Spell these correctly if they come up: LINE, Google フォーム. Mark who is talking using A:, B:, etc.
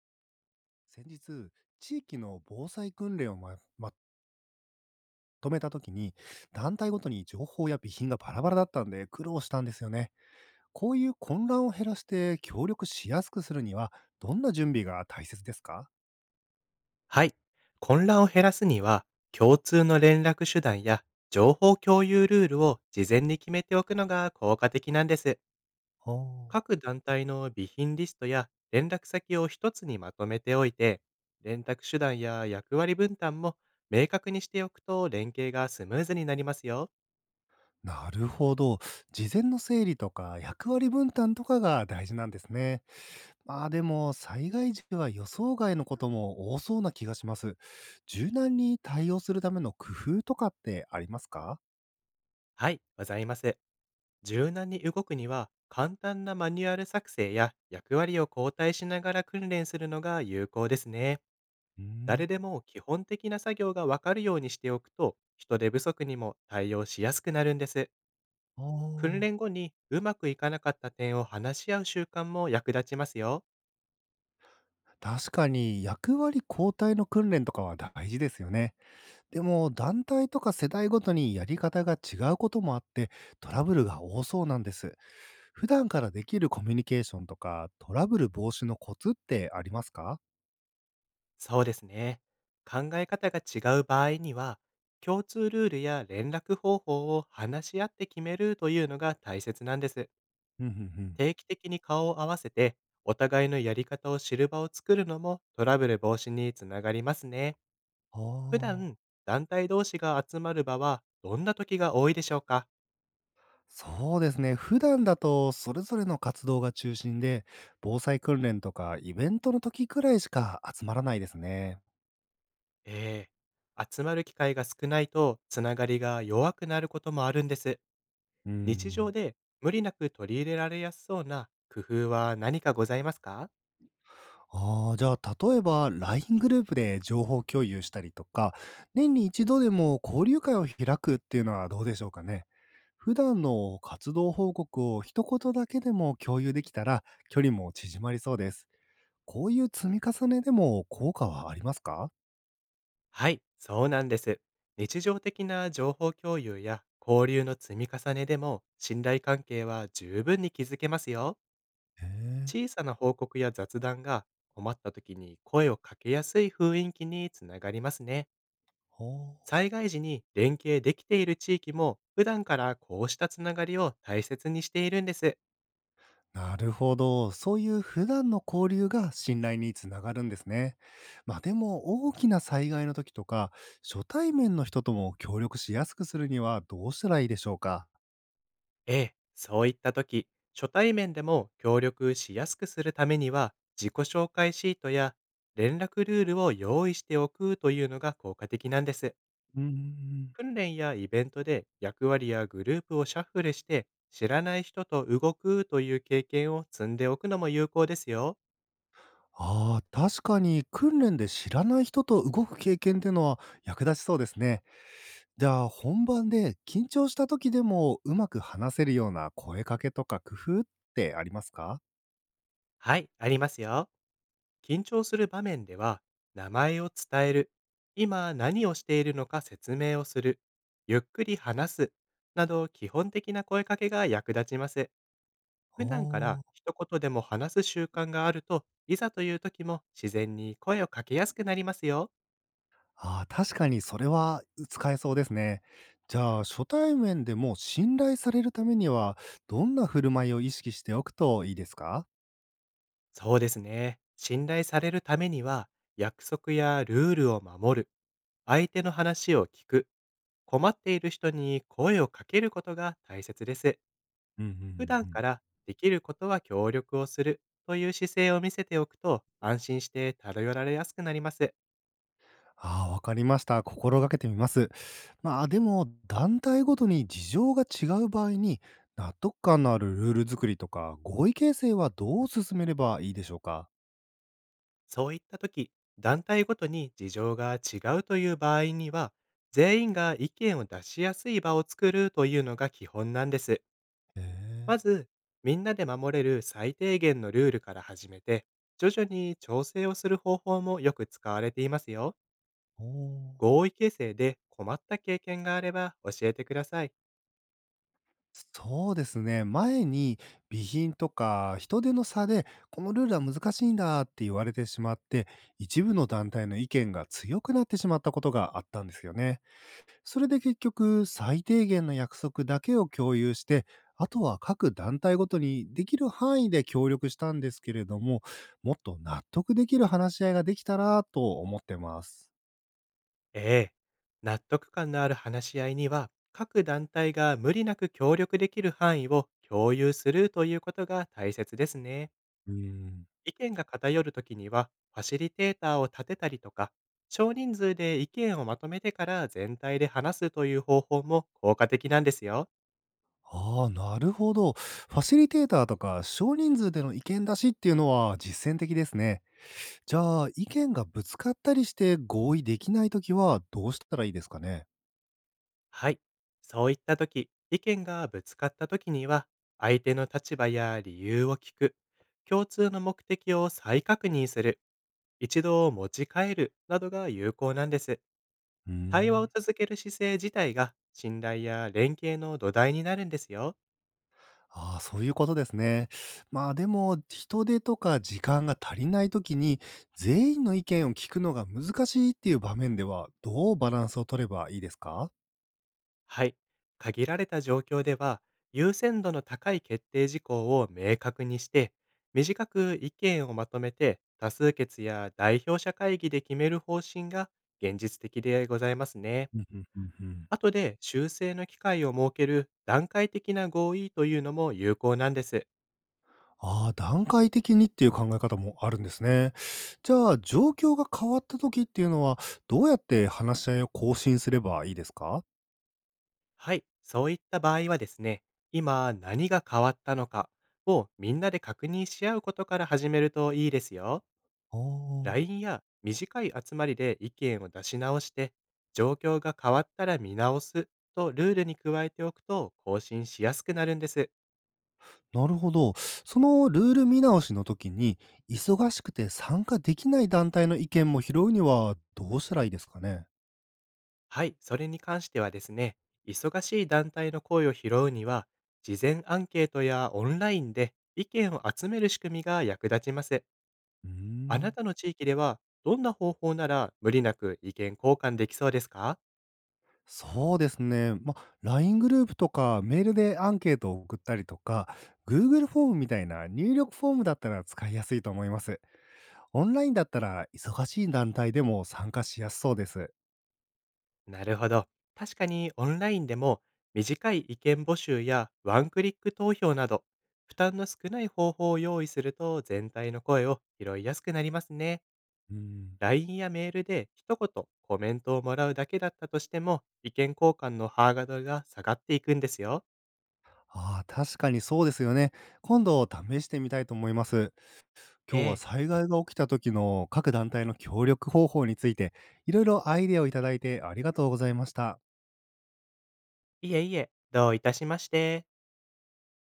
A: 先日、地域の防災訓練をとめたときに、団体ごとに情報や備品がバラバラだったんで苦労したんですよね。こういう混乱を減らして協力しやすくするには、どんな準備が大切ですか？
B: はい。混乱を減らすには、共通の連絡手段や情報共有ルールを事前に決めておくのが効果的なんです。
A: おー、
B: 各団体の備品リストや連絡先を一つにまとめておいて、連絡手段や役割分担も明確にしておくと連携がスムーズになりますよ。
A: なるほど。事前の整理とか役割分担とかが大事なんですね。まあでも、災害時は予想外のことも多そうな気がします。柔軟に対応するための工夫とかってありますか？
B: はい、ございます。柔軟に動くには、簡単なマニュアル作成や役割を交代しながら訓練するのが有効ですね。
A: うー
B: 誰
A: ん。
B: でも基本的な作業がわかるようにしておくと、人手不足にも対応しやすくなるんです。
A: あ
B: 訓
A: あ。
B: 練後にうまくいかなかった点を話し合う習慣も役立ちますよ。
A: 確かに役割交代の訓練とかは大事ですよね。でも団体とか世代ごとにやり方が違うこともあってトラブルが多そうなんです。普段からできるコミュニケーションとかトラブル防止のコツってありますか？
B: そうですね。考え方が違う場合には、共通ルールや連絡方法を話し合って決めるというのが大切なんです。
A: うんうんうん。
B: 定期的に顔を合わせて、お互いのやり方を知る場を作るのもトラブル防止につながりますね。
A: あ
B: 普
A: あ。
B: 段、団体同士が集まる場はどんな時が多いでしょうか？
A: そうですね。普段だとそれぞれの活動が中心で防災訓練とかイベントの時くらいしか集まらないですね。
B: ええ、集まる機会が少ないと、つながりが弱くなることもあるんです。
A: う
B: 日常
A: ん。
B: で無理なく取り入れられやすそうな工夫は何かございますか？
A: ああ、じゃあ、例えば LINE グループで情報共有したりとか、年に一度でも交流会を開くっていうのはどうでしょうかね。普段の活動報告を一言だけでも共有できたら、距離も縮まりそうです。こういう積み重ねでも効果はありますか？
B: はい、そうなんです。日常的な情報共有や交流の積み重ねでも、信頼関係は十分に築けますよ。
A: へえ、
B: 小さな報告や雑談が困った時に声をかけやすい雰囲気につながりますね。
A: ほう。
B: 災害時に連携できている地域も普段からこうしたつながりを大切にしているんです。
A: なるほど。そういう普段の交流が信頼につながるんですね。まあでも大きな災害の時とか、初対面の人とも協力しやすくするにはどうしたらいいでしょうか？
B: ええ、そういった時、初対面でも協力しやすくするためには、自己紹介シートや連絡ルールを用意しておくというのが効果的なんです。
A: うん、ん。
B: 訓練やイベントで役割やグループをシャッフルして知らない人と動くという経験を積んでおくのも有効ですよ。
A: ああ、確かに訓練で知らない人と動く経験っていうのは役立ちそうですね。じゃあ本番で緊張した時でもうまく話せるような声かけとか工夫ってありますか？
B: はい、ありますよ。緊張する場面では、名前を伝える、今何をしているのか説明をする、ゆっくり話す、など基本的な声かけが役立ちます。
A: あ
B: 普段か
A: あ、
B: ら一言でも話す習慣があると、いざという時も自然に声をかけやすくなりますよ。
A: ああ、確かにそれは、使えそうですね。じゃあ、初対面でも信頼されるためには、どんな振る舞いを意識しておくといいですか？
B: そうですね。信頼されるためには、約束やルールを守る、相手の話を聞く、困っている人に声をかけることが大切です。
A: うんうん
B: 普
A: う
B: 段
A: ん。
B: からできることは協力をするという姿勢を見せておくと、安心して頼られやすくなります。
A: ああ、わかりました。心がけてみます。まあ、でも、団体ごとに事情が違う場合に、納得感のあるルール作りとか、合意形成はどう進めればいいでしょうか？
B: そういった時、団体ごとに事情が違うという場合には、全員が意見を出しやすい場を作るというのが基本なんです。
A: へえ、
B: まず、みんなで守れる最低限のルールから始めて、徐々に調整をする方法もよく使われていますよ。
A: おー。
B: 合意形成で困った経験があれば教えてください。
A: そうですね。前に備品とか人手の差で、このルールは難しいんだって言われてしまって、一部の団体の意見が強くなってしまったことがあったんですよね。それで結局、最低限の約束だけを共有して、あとは各団体ごとにできる範囲で協力したんですけれども、もっと納得できる話し合いができたらと思ってます。
B: ええ、納得感のある話し合いには、各団体が無理なく協力できる範囲を共有するということが大切ですね。
A: うん。
B: 意見が偏るときには、ファシリテーターを立てたりとか、少人数で意見をまとめてから全体で話すという方法も効果的なんですよ。
A: ああ、なるほど。ファシリテーターとか少人数での意見出しっていうのは実践的ですね。じゃあ、意見がぶつかったりして合意できないときはどうしたらいいですかね？
B: はい。そういったとき、意見がぶつかったときには、相手の立場や理由を聞く、共通の目的を再確認する、一度持ち帰るなどが有効なんです。
A: うー
B: 対話を
A: ん。
B: 続ける姿勢自体が信頼や連携の土台になるんですよ。
A: ああ、そういうことですね。まあでも、人手とか時間が足りないときに、全員の意見を聞くのが難しいっていう場面では、どうバランスを取ればいいですか？
B: はい。限られた状況では、優先度の高い決定事項を明確にして、短く意見をまとめて多数決や代表者会議で決める方針が現実的でございますね。
A: うんうんうんうん
B: 後で修正の機会を設ける段階的な合意というのも有効なんです。
A: ああ、段階的にっていう考え方もあるんですね。じゃあ、状況が変わった時っていうのは、どうやって話し合いを更新すればいいですか？
B: はい、そういった場合はですね、今何が変わったのかをみんなで確認し合うことから始めるといいですよ。
A: ああ、
B: LINE や短い集まりで意見を出し直して、状況が変わったら見直すとルールに加えておくと、更新しやすくなるんです。
A: なるほど。そのルール見直しの時に、忙しくて参加できない団体の意見も拾うにはどうしたらいいですかね？
B: はい、それに関してはですね、忙しい団体の声を拾うには、事前アンケートやオンラインで意見を集める仕組みが役立ちます。
A: うー
B: あな
A: ん、
B: たの地域では、どんな方法なら無理なく意見交換できそうですか？
A: そうですね。まあ、LINE グループとかメールでアンケートを送ったりとか、Google フォームみたいな入力フォームだったら使いやすいと思います。オンラインだったら忙しい団体でも参加しやすそうです。
B: なるほど。確かにオンラインでも、短い意見募集やワンクリック投票など、負担の少ない方法を用意すると全体の声を拾いやすくなりますね。
A: うん。
B: ラインやメールで一言コメントをもらうだけだったとしても、意見交換のハードルが下がっていくんですよ。
A: ああ、確かにそうですよね。今度試してみたいと思います。今日
B: え
A: は
B: え、
A: 災害が起きた時の各団体の協力方法について、いろいろアイデアをいただいてありがとうございました。
B: いえいえ、どういたしまして。